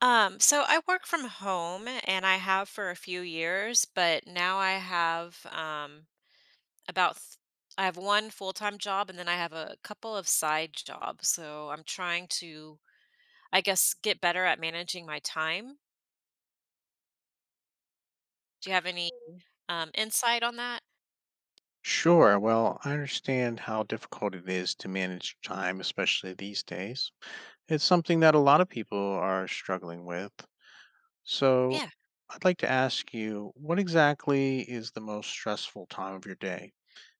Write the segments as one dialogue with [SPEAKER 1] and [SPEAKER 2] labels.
[SPEAKER 1] So I work from home and I have for a few years, but now about th- I have one full-time job and then I have a couple of side jobs. So I'm trying to, I guess, get better at managing my time. Do you have any insight on that?
[SPEAKER 2] Sure. Well, I understand how difficult it is to manage time, especially these days. It's something that a lot of people are struggling with. So,
[SPEAKER 1] Yeah.
[SPEAKER 2] I'd like to ask you what exactly is the most stressful time of your day?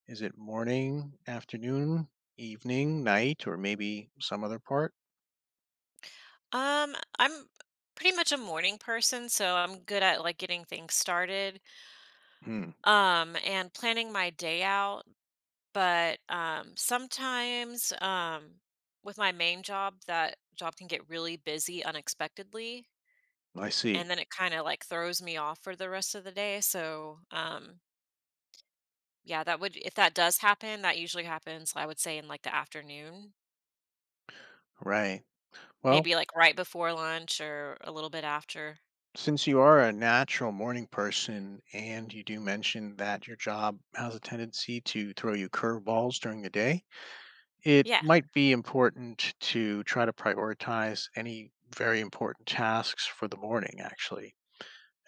[SPEAKER 2] Is it morning, afternoon, evening, night, or maybe some other part?
[SPEAKER 1] Um, I'm pretty much a morning person, so I'm good at like getting things started,
[SPEAKER 2] Hmm,
[SPEAKER 1] and planning my day out. But sometimes, with my main job, that job can get really busy unexpectedly,
[SPEAKER 2] I see.
[SPEAKER 1] and then it kind of like throws me off for the rest of the day, so, yeah, that would if that does happen, that usually happens, I would say, in like the afternoon,
[SPEAKER 2] Right. Well,
[SPEAKER 1] maybe like right before lunch or a little bit after.
[SPEAKER 2] since you are a natural morning person and you do mention that your job has a tendency to throw you curveballs during the day, it
[SPEAKER 1] Yeah.
[SPEAKER 2] might be important to try to prioritize any very important tasks for the morning actually.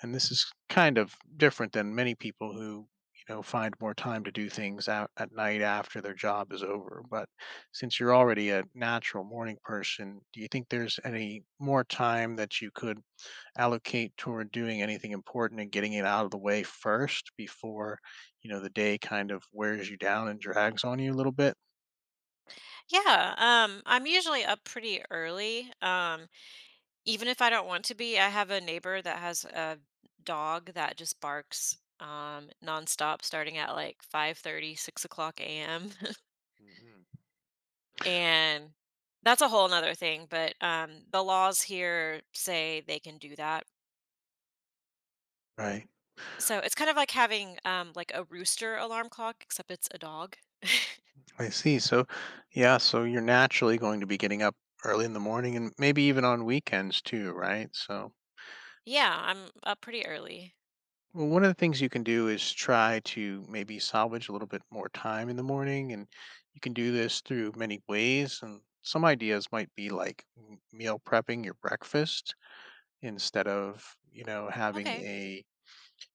[SPEAKER 2] And this is kind of different than many people who, find more time to do things out at night after their job is over. But since you're already a natural morning person, do you think there's any more time that you could allocate toward doing anything important and getting it out of the way first before, the day kind of wears you down and drags on you a little bit?
[SPEAKER 1] Yeah, I'm usually up pretty early, even if I don't want to be. I have a neighbor that has a dog that just barks nonstop starting at like 5:30, 6 o'clock a.m.
[SPEAKER 2] hmm
[SPEAKER 1] And that's a whole nother thing, but the laws here say they can do that,
[SPEAKER 2] right.
[SPEAKER 1] so it's kind of like having like a rooster alarm clock, except it's a dog.
[SPEAKER 2] I see. So, yeah, so you're naturally going to be getting up early in the morning and maybe even on weekends too, right? So,
[SPEAKER 1] Yeah, I'm up pretty early.
[SPEAKER 2] well, one of the things you can do is try to maybe salvage a little bit more time in the morning. And you can do this through many ways. And some ideas might be like meal prepping your breakfast instead of, having
[SPEAKER 1] Okay.
[SPEAKER 2] a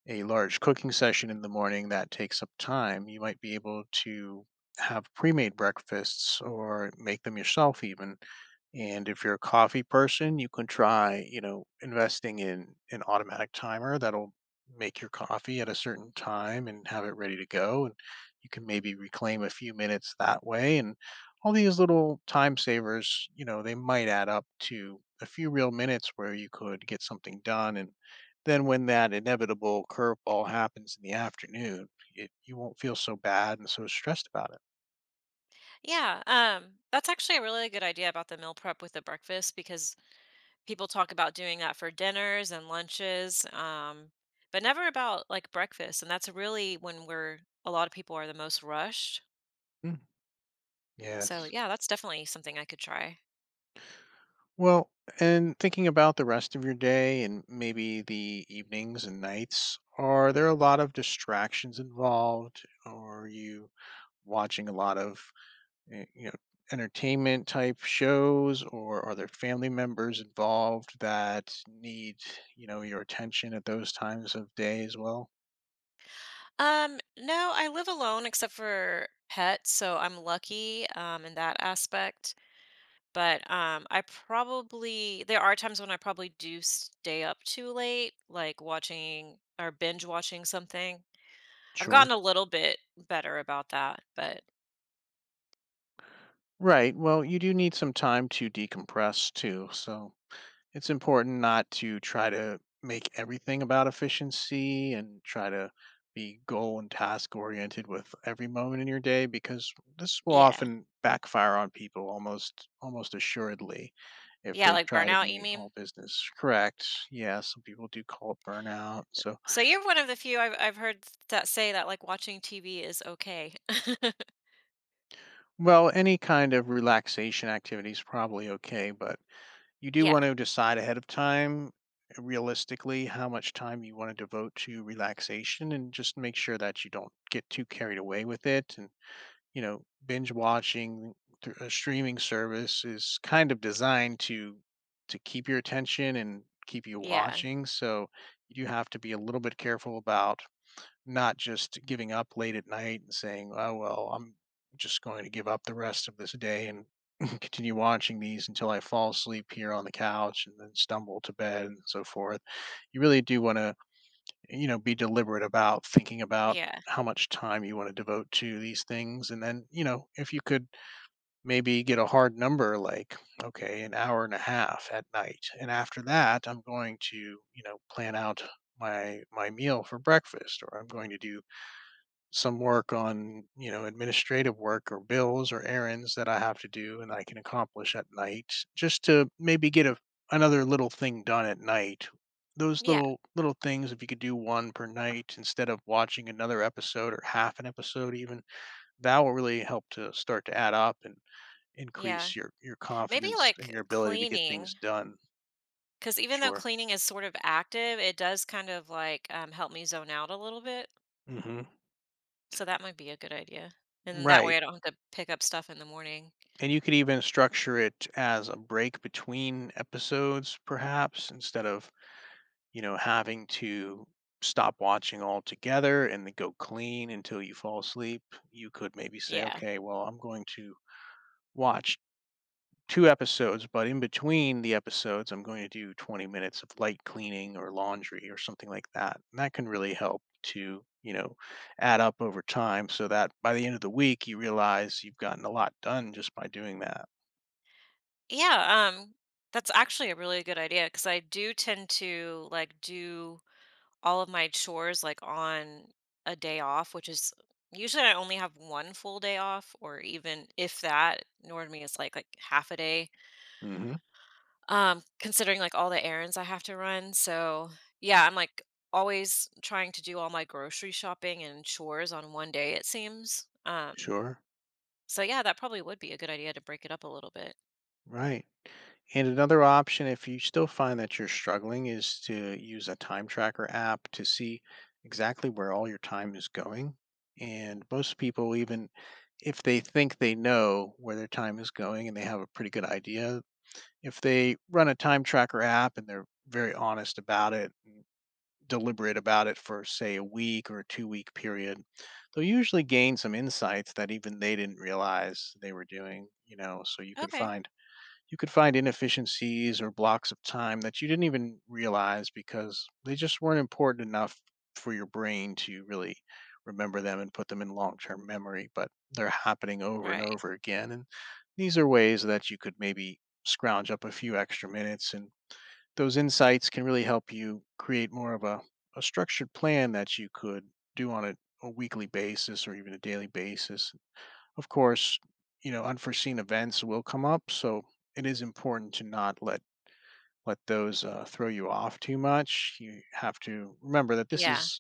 [SPEAKER 2] a large cooking session in the morning that takes up time. You might be able to have pre-made breakfasts or make them yourself even. And if you're a coffee person, you can try, investing in an automatic timer that'll make your coffee at a certain time and have it ready to go. And you can maybe reclaim a few minutes that way. And all these little time savers, they might add up to a few real minutes where you could get something done. And then when that inevitable curveball happens in the afternoon, it you won't feel so bad and so stressed about it.
[SPEAKER 1] Yeah, that's actually a really good idea about the meal prep with the breakfast, because people talk about doing that for dinners and lunches, but never about like breakfast. And that's really when we're a lot of people are the most rushed.
[SPEAKER 2] Mm.
[SPEAKER 1] So
[SPEAKER 2] Yes.
[SPEAKER 1] yeah, that's definitely something I could try.
[SPEAKER 2] Well, and thinking about the rest of your day and maybe the evenings and nights, are there a lot of distractions involved? Or are you watching a lot of, eh, you know, entertainment type shows? Or are there family members involved that need, your attention at those times of day as well?
[SPEAKER 1] No, I live alone except for pets, so I'm lucky, in that aspect. But I probably there are times when I probably do stay up too late, like watching or binge watching something. I've
[SPEAKER 2] Sure.
[SPEAKER 1] gotten a little bit better about that, but
[SPEAKER 2] Right. Well, you do need some time to decompress too. So it's important not to try to make everything about efficiency and try to be goal and task oriented with every moment in your day, because this will
[SPEAKER 1] yeah.
[SPEAKER 2] often backfire on people almost assuredly if
[SPEAKER 1] Yeah,
[SPEAKER 2] they
[SPEAKER 1] like
[SPEAKER 2] try to
[SPEAKER 1] burnout, you
[SPEAKER 2] be
[SPEAKER 1] mean?
[SPEAKER 2] all business correct. Yeah, some people do call it burnout. So
[SPEAKER 1] So you're one of the few I've heard that say that like watching TV is okay.
[SPEAKER 2] well, any kind of relaxation activity is probably okay, but you do
[SPEAKER 1] Yeah,
[SPEAKER 2] want to decide ahead of time, realistically, how much time you want to devote to relaxation and just make sure that you don't get too carried away with it. And, binge watching through a streaming service is kind of designed to keep your attention and keep you
[SPEAKER 1] yeah,
[SPEAKER 2] watching. So you do have to be a little bit careful about not just giving up late at night and saying, "Oh, well, I'm just going to give up the rest of this day and continue watching these until I fall asleep here on the couch and then stumble to bed," and so forth. You really do wanna, be deliberate about thinking about
[SPEAKER 1] yeah,
[SPEAKER 2] how much time you wanna devote to these things, and then, if you could maybe get a hard number, like, "Okay, an hour and a half at night, and after that, I'm going to, plan out my meal for breakfast, or I'm going to do some work on, administrative work or bills or errands that I have to do and I can accomplish at night, just to maybe get a, another little thing done at night. Those
[SPEAKER 1] yeah,
[SPEAKER 2] little things, if you could do one per night instead of watching another episode or half an episode, even that will really help to start to add up and
[SPEAKER 1] yeah.
[SPEAKER 2] increase your
[SPEAKER 1] Maybe
[SPEAKER 2] confidence and your
[SPEAKER 1] like
[SPEAKER 2] ability to get things
[SPEAKER 1] cleaning,
[SPEAKER 2] done.
[SPEAKER 1] because even though
[SPEAKER 2] Sure.
[SPEAKER 1] cleaning is sort of active, it does kind of like help me zone out a little bit.
[SPEAKER 2] hmm
[SPEAKER 1] So that might be a good idea. And then that way
[SPEAKER 2] Right.
[SPEAKER 1] I don't have to pick up stuff in the morning.
[SPEAKER 2] And you could even structure it as a break between episodes, perhaps, instead of, having to stop watching altogether and then go clean until you fall asleep. You could maybe say,
[SPEAKER 1] Yeah.
[SPEAKER 2] okay, well, I'm going to watch two episodes, but in between the episodes, I'm going to do 20 minutes of light cleaning or laundry or something like that. And that can really help to, add up over time so that by the end of the week, you realize you've gotten a lot done just by doing that.
[SPEAKER 1] Yeah, that's actually a really good idea because I do tend to like do all of my chores like on a day off, which is usually I only have one full day off, or even if that, nor me is like half a day.
[SPEAKER 2] hmm
[SPEAKER 1] Considering like all the errands I have to run, so yeah, I'm like always trying to do all my grocery shopping and chores on one day. It seems.
[SPEAKER 2] Sure.
[SPEAKER 1] So yeah, that probably would be a good idea to break it up a little bit.
[SPEAKER 2] Right. And another option, if you still find that you're struggling, is to use a time tracker app to see exactly where all your time is going. And most people, even if they think they know where their time is going and they have a pretty good idea, if they run a time tracker app and they're very honest about it, and deliberate about it for, say, a week or a 2 week period, they'll usually gain some insights that even they didn't realize they were doing. So you can
[SPEAKER 1] Okay.
[SPEAKER 2] find you could find inefficiencies or blocks of time that you didn't even realize, because they just weren't important enough for your brain to really remember them and put them in long term memory, but they're happening over and
[SPEAKER 1] Right.
[SPEAKER 2] over again. And these are ways that you could maybe scrounge up a few extra minutes. And those insights can really help you create more of a structured plan that you could do on a weekly basis or even a daily basis. Of course, unforeseen events will come up, so it is important to not let those throw you off too much. You have to remember that this
[SPEAKER 1] Yeah.
[SPEAKER 2] is,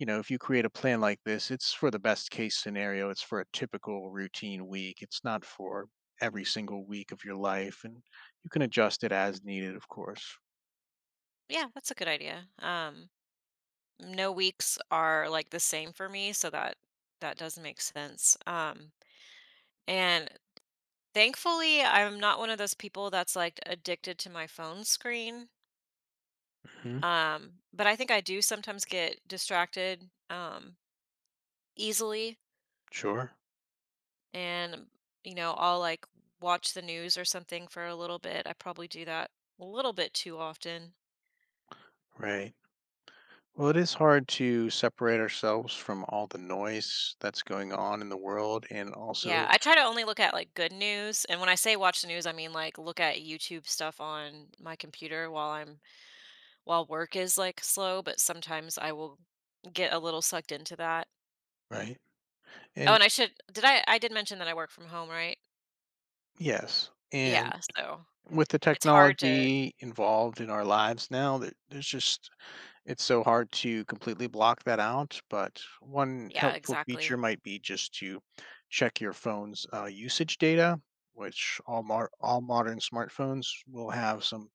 [SPEAKER 2] if you create a plan like this, it's for the best case scenario. It's for a typical routine week. It's not for every single week of your life, and you can adjust it as needed, of course.
[SPEAKER 1] Yeah, that's a good idea. No weeks are like the same for me, so that does make sense. And thankfully, I'm not one of those people that's like addicted to my phone screen.
[SPEAKER 2] hmm
[SPEAKER 1] But I think I do sometimes get distracted, easily,
[SPEAKER 2] Sure.
[SPEAKER 1] and I'll like watch the news or something for a little bit. I probably do that a little bit too often.
[SPEAKER 2] Right. Well, it is hard to separate ourselves from all the noise that's going on in the world, and
[SPEAKER 1] Yeah,
[SPEAKER 2] also,
[SPEAKER 1] I try to only look at like good news. And when I say watch the news, I mean like look at YouTube stuff on my computer while I'm while work is like slow, but sometimes I will get a little sucked into that.
[SPEAKER 2] right?
[SPEAKER 1] Oh,
[SPEAKER 2] And
[SPEAKER 1] and I should did I did mention that I work from home, right?
[SPEAKER 2] yes, and
[SPEAKER 1] Yeah, so
[SPEAKER 2] with the
[SPEAKER 1] it's hard to.
[SPEAKER 2] technology involved in our lives now, there's just it's so hard to completely block that out, but one
[SPEAKER 1] Yeah,
[SPEAKER 2] helpful feature
[SPEAKER 1] exactly.
[SPEAKER 2] might be just to check your phone's, usage data, which all modern smartphones will have some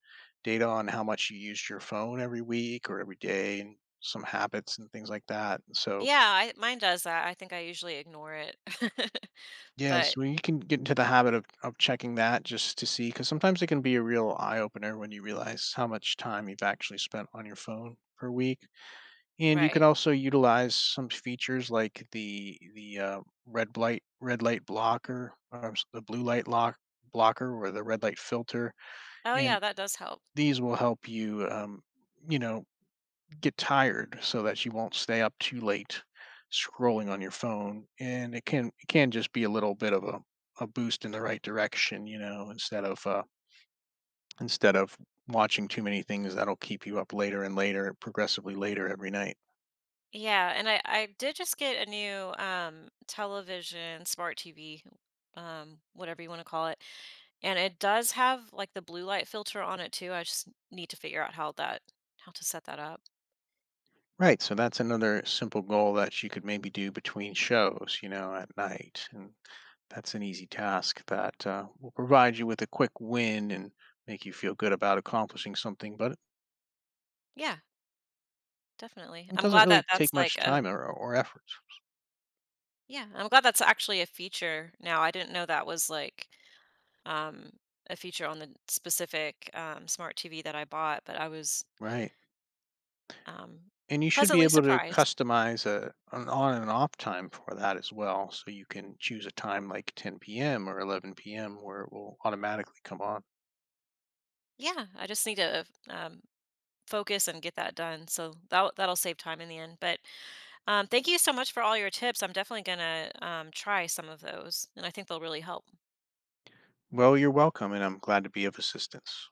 [SPEAKER 2] data on how much you used your phone every week or every day and some habits and things like that. So
[SPEAKER 1] Yeah, mine does that. I think I usually ignore it.
[SPEAKER 2] yes,
[SPEAKER 1] But.
[SPEAKER 2] well, you can get into the habit of checking that just to see, because sometimes it can be a real eye opener when you realize how much time you've actually spent on your phone per week, and you can
[SPEAKER 1] Right.
[SPEAKER 2] also utilize some features like the red light blocker, or s the blue light lock blocker or the red light filter,
[SPEAKER 1] Oh yeah,
[SPEAKER 2] and
[SPEAKER 1] that does help.
[SPEAKER 2] these will help you, you know, get tired so that you won't stay up too late scrolling on your phone. And it can just be a little bit of a boost in the right direction, instead of instead of watching too many things that'll keep you up later and later, progressively later every night.
[SPEAKER 1] Yeah, and I did just get a new television, smart TV, whatever you want to call it. And it does have like the blue light filter on it too. I just need to figure out how to set that up.
[SPEAKER 2] Right. So that's another simple goal that you could maybe do between shows, at night. And that's an easy task that will provide you with a quick win and make you feel good about accomplishing something, but
[SPEAKER 1] Yeah, definitely.
[SPEAKER 2] it
[SPEAKER 1] I'm
[SPEAKER 2] doesn't
[SPEAKER 1] glad that
[SPEAKER 2] really
[SPEAKER 1] that's
[SPEAKER 2] take
[SPEAKER 1] like
[SPEAKER 2] much
[SPEAKER 1] a.
[SPEAKER 2] time or effort.
[SPEAKER 1] Yeah, I'm glad that's actually a feature now. I didn't know that was like um, a feature on the specific, smart TV that I bought, but I was,
[SPEAKER 2] Right.
[SPEAKER 1] um,
[SPEAKER 2] And you should be
[SPEAKER 1] pleasantly
[SPEAKER 2] able to
[SPEAKER 1] surprised.
[SPEAKER 2] customize a an on and off time for that as well. So you can choose a time like 10 p.m. or 11 p.m. where it will automatically come on.
[SPEAKER 1] Yeah, I just need to focus and get that done. So that that'll save time in the end. But thank you so much for all your tips. I'm definitely gonna, try some of those, and I think they'll really help.
[SPEAKER 2] Well, you're welcome, and I'm glad to be of assistance.